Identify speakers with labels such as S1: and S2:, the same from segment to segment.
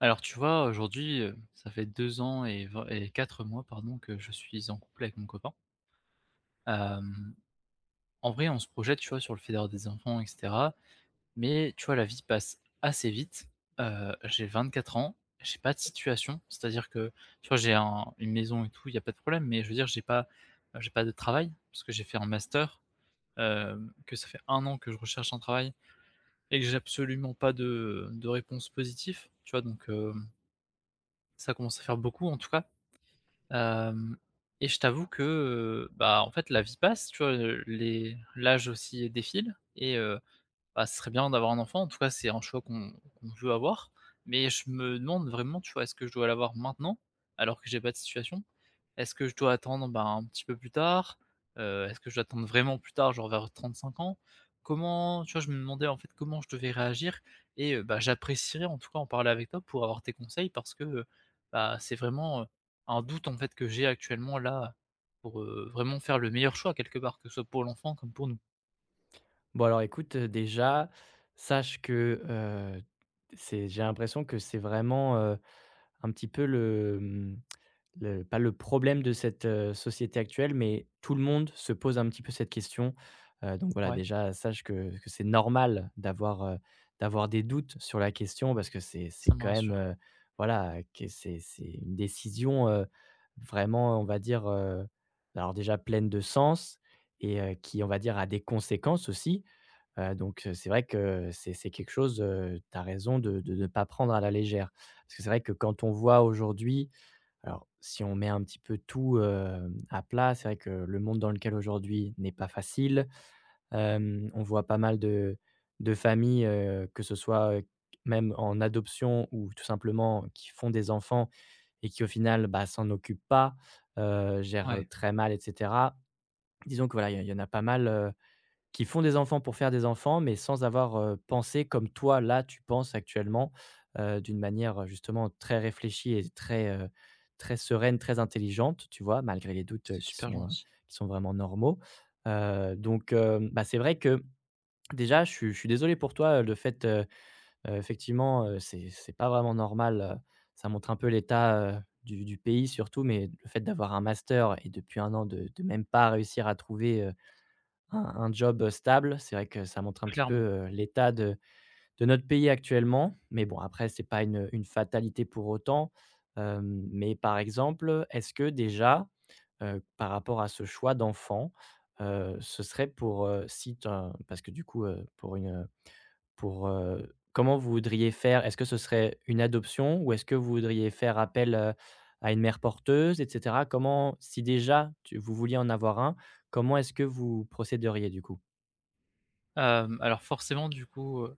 S1: Alors tu vois, aujourd'hui, ça fait 2 ans et vingt et 4 mois, pardon, que je suis en couple avec mon copain. Hem, en vrai, on se projette, tu vois, sur le fait des enfants, et cetera, mais tu vois, la vie passe assez vite. J'ai 4 ans, j'ai pas de situation, c'est-à-dire que, tu vois, j'ai un une maison et tout, il y a pas de problème, mais je veux dire j'ai pas de travail parce que j'ai fait un master, que ça fait un an que je recherche un travail et que j'ai absolument pas de réponse positive, tu vois? Donc, ça commence à faire beaucoup, en tout cas. Hem et je t'avoue que, bah, en fait, la vie passe, tu vois? Les l'âge aussi défile et bah, ce serait bien d'avoir un enfant. En tout cas, c'est un choix qu'on veut avoir. Mais je me demande vraiment, tu vois, est-ce que je dois l'avoir maintenant, alors que j'ai pas de situation? Est-ce que je dois attendre, bah, un petit peu plus tard? Est-ce que je dois attendre vraiment plus tard, genre vers 35 ans? Comment Tu vois, je me demandais, en fait, comment je devais réagir et bah, j'apprécierais, en tout cas, en parler avec toi pour avoir tes conseils parce que, bah, c'est vraiment, un doute, en fait, que j'ai actuellement là, pour, vraiment faire le meilleur choix quelque part, que ce soit pour l'enfant comme pour nous.
S2: Bon alors écoute, déjà, sache que, c'est j'ai l'impression que c'est vraiment, un petit peu le, mmh, le pas le problème de cette, société actuelle, mais tout le monde se pose un petit peu cette question. Donc voilà,
S1: Ouais,
S2: déjà sache que c'est normal d'avoir, d'avoir des doutes sur la question parce que c'est
S1: ça me
S2: quand même,
S1: rassure.
S2: voilà, que c'est une décision, vraiment on va dire, alors déjà pleine de sens et qui on va dire a des conséquences aussi. C'est vrai que c'est quelque chose, tu as raison de ne pas prendre à la légère. Parce que c'est vrai que quand on voit aujourd'hui alors si on met un petit peu tout, à plat, c'est vrai que le monde dans lequel aujourd'hui n'est pas facile. On voit pas mal de familles, que ce soit, même en adoption ou tout simplement qui font des enfants et qui au final, bah, s'en occupent pas, gèrent
S1: Ouais.
S2: très mal et cetera. Disons que voilà, il y en a pas mal, qui font des enfants pour faire des enfants, mais sans avoir, pensé comme toi, là, tu penses actuellement, d'une manière, justement très réfléchie et très, très sereine, très intelligente, tu vois? Malgré les doutes,
S1: C'est super gentil,
S2: qui sont vraiment normaux. Bah, c'est vrai que déjà je suis désolé pour toi, effectivement, c'est pas vraiment normal, ça montre un peu l'état, du pays surtout, mais le fait d'avoir un master et depuis un an de même pas réussir à trouver, un job, stable, c'est vrai que ça montre un petit peu,
S1: clairement.
S2: l'état de notre pays actuellement, mais bon après c'est pas une fatalité pour autant, mais par exemple, est-ce que déjà, par rapport à ce choix d'enfant, ce serait pour, si tu parce que du coup, pour, comment vous voudriez faire? Est-ce que ce serait une adoption ou est-ce que vous voudriez faire appel, à une mère porteuse et cetera? Comment si déjà tu vous vouliez en avoir un, comment est-ce que vous procéderiez du coup?
S1: Alors forcément du coup, heu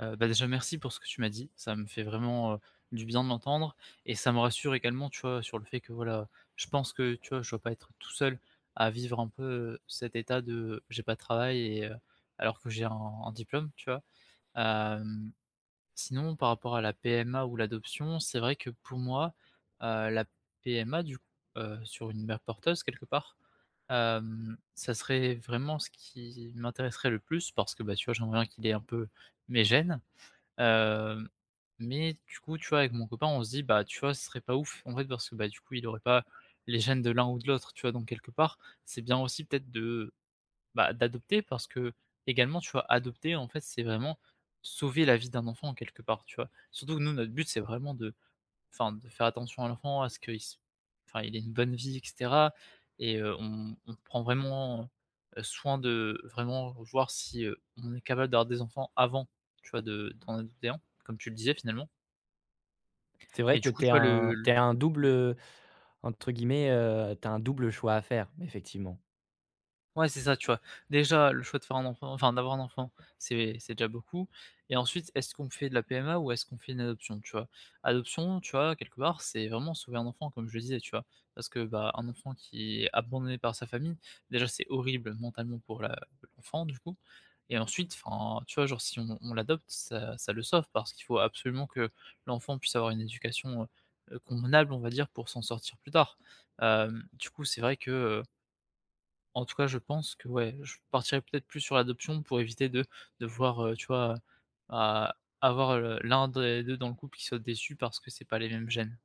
S1: heu, bah, déjà merci pour ce que tu m'as dit. Ça me fait vraiment, du bien de l'entendre et ça me rassure également, tu vois, sur le fait que voilà, je pense que, tu vois, je dois pas être tout seul à vivre un peu, cet état de j'ai pas de travail et alors que j'ai un diplôme, tu vois? Hem Sinon, par rapport à la PMA ou l'adoption, c'est vrai que pour moi, la PMA du coup, sur une mère porteuse quelque part, ça serait vraiment ce qui m'intéresserait le plus parce que, bah, tu vois, j'aimerais bien qu'il ait un peu mes gènes, hem, mais du coup, tu vois, avec mon copain, on se dit: «Bah, tu vois, ce serait pas ouf», en fait, parce que, bah, du coup, il aurait pas les gènes de l'un ou de l'autre, tu vois? Donc quelque part, c'est bien aussi peut-être de bah, d'adopter parce que également, tu vois, adopter, en fait, c'est vraiment sauver la vie d'un enfant en quelque part, tu vois? Surtout que nous, notre but, c'est vraiment de enfin, de faire attention à l'enfant, à ce qu'il se enfin, il ait une bonne vie, et cetera, et on prend vraiment, soin de vraiment voir si, on est capable d'avoir des enfants avant, tu vois, de d'en adopter un, comme tu le disais, finalement.
S2: C'est vrai
S1: Et
S2: que
S1: du coup,
S2: tu es
S1: tu vois,
S2: un t'es
S1: le
S2: un double, entre guillemets, tu un double choix à faire, effectivement.
S1: ouais, c'est ça, tu vois? Déjà, le choix de faire un enfant, enfin d'avoir un enfant, c'est déjà beaucoup. Et ensuite, est-ce qu'on fait de la PMA ou est-ce qu'on fait une adoption, tu vois? Adoption, tu vois, quelque part, c'est vraiment sauver un enfant, comme je le disais, tu vois? Parce que, bah, un enfant qui est abandonné par sa famille, déjà, c'est horrible mentalement pour la l'enfant, du coup. Et ensuite, enfin, tu vois, genre, si on l'adopte, ça le sauve parce qu'il faut absolument que l'enfant puisse avoir une éducation, convenable, on va dire, pour s'en sortir plus tard. Du coup, c'est vrai que, en tout cas, je pense que ouais, je partirais peut-être plus sur l'adoption pour éviter de devoir, tu vois, avoir le l'un des 2 dans le couple qui soit déçu parce que c'est pas les mêmes gènes.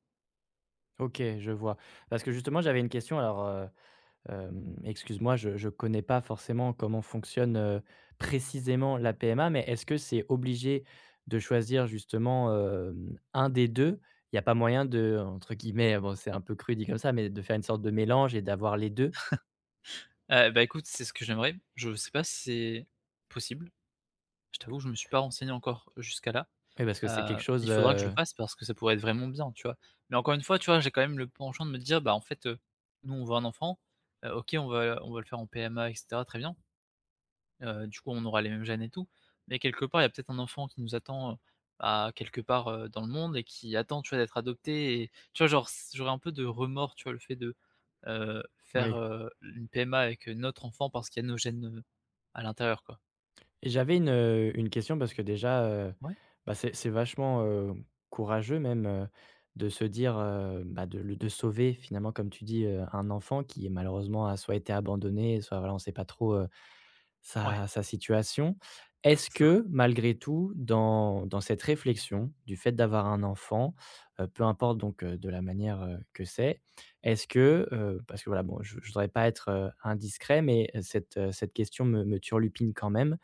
S2: OK, je vois. Parce que justement, j'avais une question alors, excuse-moi, je connais pas forcément comment fonctionne, précisément la PMA, mais est-ce que c'est obligé de choisir justement, 1 des deux. Il y a pas moyen de, entre guillemets, bon, c'est un peu cru dit comme ça, mais de faire une sorte de mélange et d'avoir les deux?
S1: Bah, écoute, c'est ce que j'aimerais. Je sais pas si c'est possible. Je t'avoue que je me suis pas renseigné encore jusqu'à là.
S2: Oui, parce que c'est quelque
S1: Il
S2: chose,
S1: faudra que je le fasse parce que ça pourrait être vraiment bien, tu vois? Mais encore une fois, tu vois, j'ai quand même le penchant de me dire: «Bah, en fait, nous, on veut un enfant, OK, on va le faire en PMA, et cetera, très bien.» Du coup, on aura les mêmes gènes et tout, mais quelque part, il y a peut-être un enfant qui nous attend, bah, quelque part, dans le monde et qui attend, tu vois, d'être adopté. Et tu vois, genre, c j'aurais un peu de remords, tu vois, le fait de, faire,
S2: oui.
S1: une PMA avec, notre enfant parce qu'il y a nos gènes, à l'intérieur, quoi.
S2: Et j'avais une question parce que déjà,
S1: Ouais,
S2: bah, c'est vachement, courageux même, de se dire, bah, de sauver finalement comme tu dis, un enfant qui est malheureusement a soit été abandonné, soit voilà on ne sait pas trop,
S1: ouais,
S2: sa situation. Est-ce
S1: c'est vrai.
S2: que malgré tout dans cette réflexion du fait d'avoir un enfant, peu importe donc, de la manière, que c'est, est-ce que, parce que voilà bon je voudrais pas être, indiscret mais, cette question me turlupine quand même.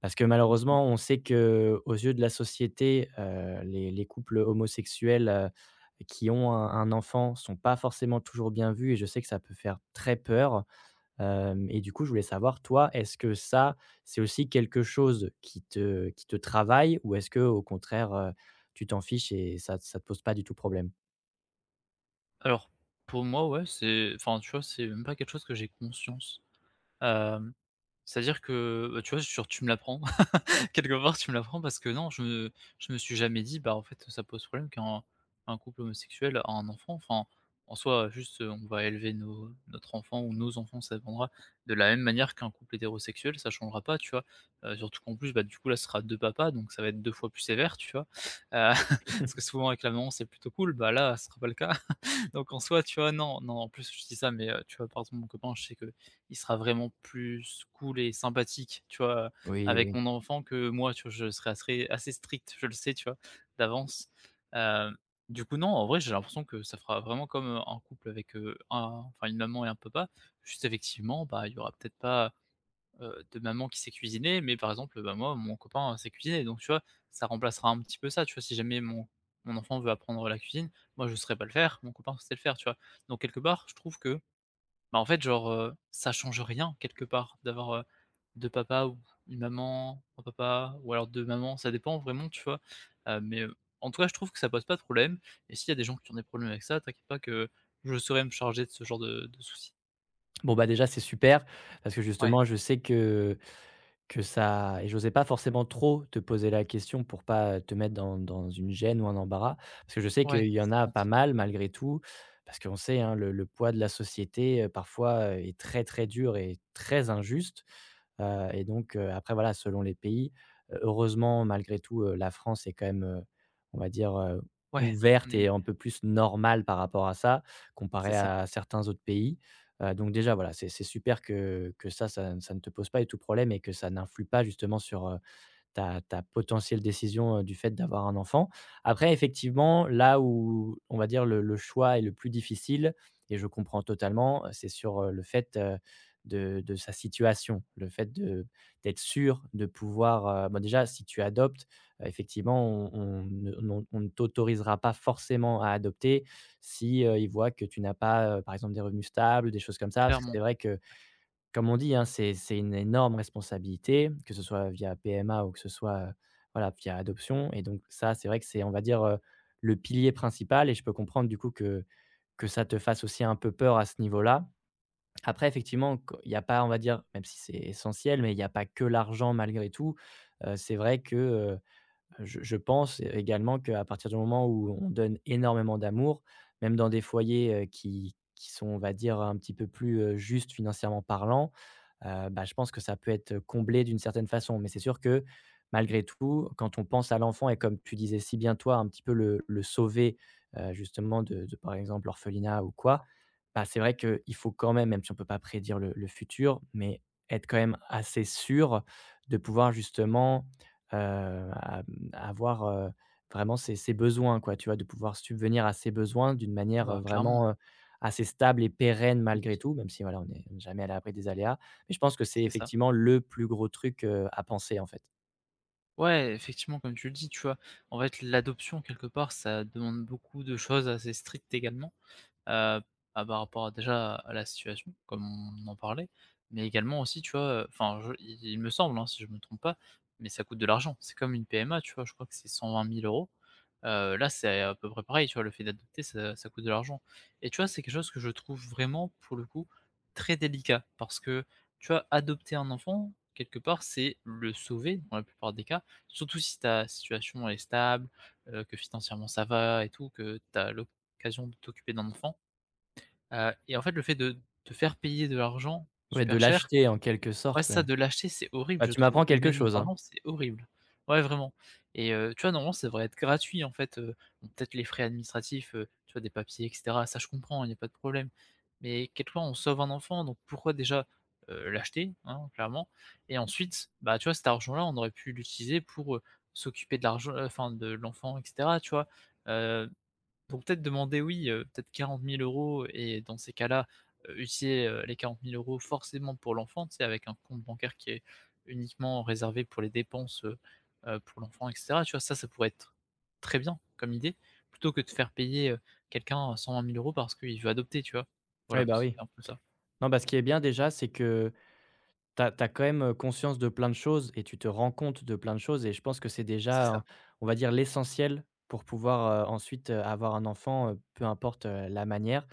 S2: Parce que
S1: Dis-moi.
S2: malheureusement, on sait que aux yeux de la société, les couples homosexuels, qui ont un enfant sont pas forcément toujours bien vus et je sais que ça peut faire très peur, hem et du coup, je voulais savoir, toi, est-ce que ça, c'est aussi quelque chose qui te travaille ou est-ce que au contraire, tu t'en fiches et ça te pose pas du tout problème?
S1: Alors, pour moi, ouais, c'est enfin, tu vois, c'est même pas quelque chose que j'ai conscience. Hem, c'est-à-dire que, bah, tu vois, genre, tu me l'apprends. Quelque part, tu me l'apprends parce que non, je me suis jamais dit: «Bah, en fait, ça pose problème qu'un couple homosexuel a un enfant.» Enfin, en soi, juste, on va élever nos notre enfant ou nos enfants, ça dépendra, de la même manière qu'un couple hétérosexuel, ça changera pas, tu vois? Surtout qu'en plus, bah, du coup, là, ce sera 2 papas, donc ça va être 2 fois plus sévère, tu vois? Parce que souvent avec la maman, c'est plutôt cool, bah, là, ce sera pas le cas. Donc en soi, tu vois, non, non, en plus, je dis ça, mais tu vois, par exemple, mon copain, je sais que il sera vraiment plus cool et sympathique, tu vois,
S2: Oui,
S1: avec
S2: oui.
S1: mon enfant que moi, tu vois? Je serais assez assez strict, je le sais, tu vois, d'avance. Hem, du coup, non, en vrai, j'ai l'impression que ça fera vraiment comme, un couple avec, un enfin une maman et un papa. Juste effectivement, bah, il y aura peut-être pas de maman qui sait cuisiner, mais par exemple, bah, moi, mon copain sait cuisiner, donc tu vois? Ça remplacera un petit peu ça, tu vois? Si jamais mon enfant veut apprendre la cuisine, moi je saurais pas le faire, mon copain sait le faire, tu vois? Donc quelque part, je trouve que, bah, en fait, genre, ça change rien quelque part d'avoir, 2 papas ou une maman, un papa ou alors 2 mamans, ça dépend vraiment, tu vois? Mais, en tout cas, je trouve que ça pose pas de problème et s'il y a des gens qui ont des problèmes avec ça, t'inquiète pas que je saurais me charger de ce genre de soucis.
S2: Bon, bah, déjà, c'est super parce que
S1: Ouais,
S2: justement, je sais que ça, et j'osais pas forcément trop te poser la question pour pas te mettre dans une gêne ou un embarras. Parce que je sais
S1: ouais,
S2: qu'il y en
S1: c'est
S2: a pas
S1: gentil.
S2: mal malgré tout, parce qu'on sait, hein, le poids de la société, parfois, est très, très dur et très injuste. Après voilà, selon les pays, heureusement malgré tout, la France est quand même, on va dire,
S1: Ouais, on
S2: ouverte
S1: est
S2: et un peu plus normale par rapport à ça,
S1: c'est
S2: comparé
S1: ça.
S2: à certains autres pays. Donc déjà voilà, c'est super que ça, ça ne te pose pas du tout problème et que ça n'influe pas justement sur, ta potentielle décision, du fait d'avoir un enfant. Après effectivement, là où on va dire le choix est le plus difficile et je comprends totalement, c'est sur, de sa situation. Le fait de d'être sûr de pouvoir, bah, déjà si tu adoptes, effectivement on ne t'autorisera pas forcément à adopter si, ils voient que tu n'as pas, par exemple des revenus stables, des choses comme ça. Parce que
S1: Clairement.
S2: c'est vrai que comme on dit, hein, c'est une énorme responsabilité, que ce soit via PMA ou que ce soit, voilà, via adoption et donc ça, c'est vrai que c'est, on va dire, le pilier principal et je peux comprendre du coup que ça te fasse aussi un peu peur à ce niveau-là. Après effectivement, q il n'y a pas, on va dire, même si c'est essentiel, mais il n'y a pas que l'argent malgré tout. C'est vrai que, je pense également qu'à partir du moment où on donne énormément d'amour, même dans des foyers, qui sont, on va dire, un petit peu plus, justes financièrement parlant, bah, je pense que ça peut être comblé d'une certaine façon. Mais c'est sûr que malgré tout, quand on pense à l'enfant et comme tu disais si bien toi, un petit peu le sauver, justement de par exemple l'orphelinat ou quoi, bah, c'est vrai qu'il faut quand même, même si on ne peut pas prédire le futur, mais être quand même assez sûr de pouvoir justement Heu, à avoir, vraiment ses besoins quoi, tu vois? De pouvoir subvenir à ses besoins d'une
S1: Ah
S2: manière,
S1: bah, clairement,
S2: vraiment, assez stable et pérenne
S1: oui,
S2: malgré tout, même si voilà, on est jamais à l'abri des aléas. Mais je pense que c'est
S1: c'est ça.
S2: effectivement le plus gros truc, à penser en fait.
S1: Ouais, effectivement, comme tu le dis, tu vois? En fait, l'adoption quelque part, ça demande beaucoup de choses assez strictes également. Heu, bah, par rapport à déjà à la situation, comme on en parlait, mais également aussi, tu vois, enfin je il me semble, hein, si je me trompe pas, mais ça coûte de l'argent. C'est comme une PMA, tu vois? Je crois que c'est 120 000 euros. Là, c'est à peu près pareil, tu vois? Le fait d'adopter, ça coûte de l'argent et tu vois, c'est quelque chose que je trouve vraiment, pour le coup, très délicat parce que, tu vois, adopter un enfant, quelque part, c'est le sauver dans la plupart des cas, surtout si ta situation est stable, que financièrement ça va et tout, que tu as l'occasion de t'occuper d'un enfant. Et en fait, le fait de faire payer de l'argent
S2: Ouais, de
S1: super cher,
S2: l'acheter en quelque
S1: ouais,
S2: sorte.
S1: ça, de l'acheter, c'est horrible,
S2: Bah,
S1: je
S2: tu m'apprends
S1: trouve.
S2: quelque
S1: Humainement
S2: chose, hein.
S1: parlant, c'est horrible. Ouais, vraiment, et tu vois, normalement, ça devrait être gratuit, en fait, bon, peut-être les frais administratifs, tu vois, des papiers, et cetera, ça, je comprends, il y a pas de problème. Mais quelque part, on sauve un enfant, donc pourquoi déjà, l'acheter, hein, clairement, et ensuite, bah, tu vois, cet argent-là, on aurait pu l'utiliser pour, s'occuper de l'argent enfin, de l'enfant, et cetera, tu vois? Heu donc peut-être demander, oui, peut-être 40 000 euros et dans ces cas-là, utiliser, les 40 000 euros forcément pour l'enfant, tu sais, avec un compte bancaire qui est uniquement réservé pour les dépenses, pour l'enfant, et cetera, tu vois? Ça pourrait être très bien comme idée, plutôt que de faire payer, quelqu'un 120 000 euros parce qu'il veut adopter, tu vois?
S2: Ouais,
S1: Voilà,
S2: bah,
S1: c'est
S2: oui.
S1: un peu ça.
S2: Non, bah, ce qui est bien déjà, c'est que, t'as as quand même, conscience de plein de choses et tu te rends compte de plein de choses et je pense que c'est
S1: C'est
S2: déjà,
S1: ça.
S2: on va dire l'essentiel pour pouvoir, ensuite, avoir un enfant, peu importe, la manière.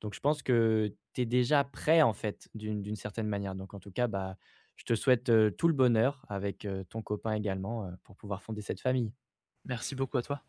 S2: Donc je pense que tu es déjà prêt en fait d'une certaine manière. Donc en tout cas, bah, je te souhaite, tout le bonheur avec, ton copain également, pour pouvoir fonder cette famille.
S1: Merci beaucoup à toi.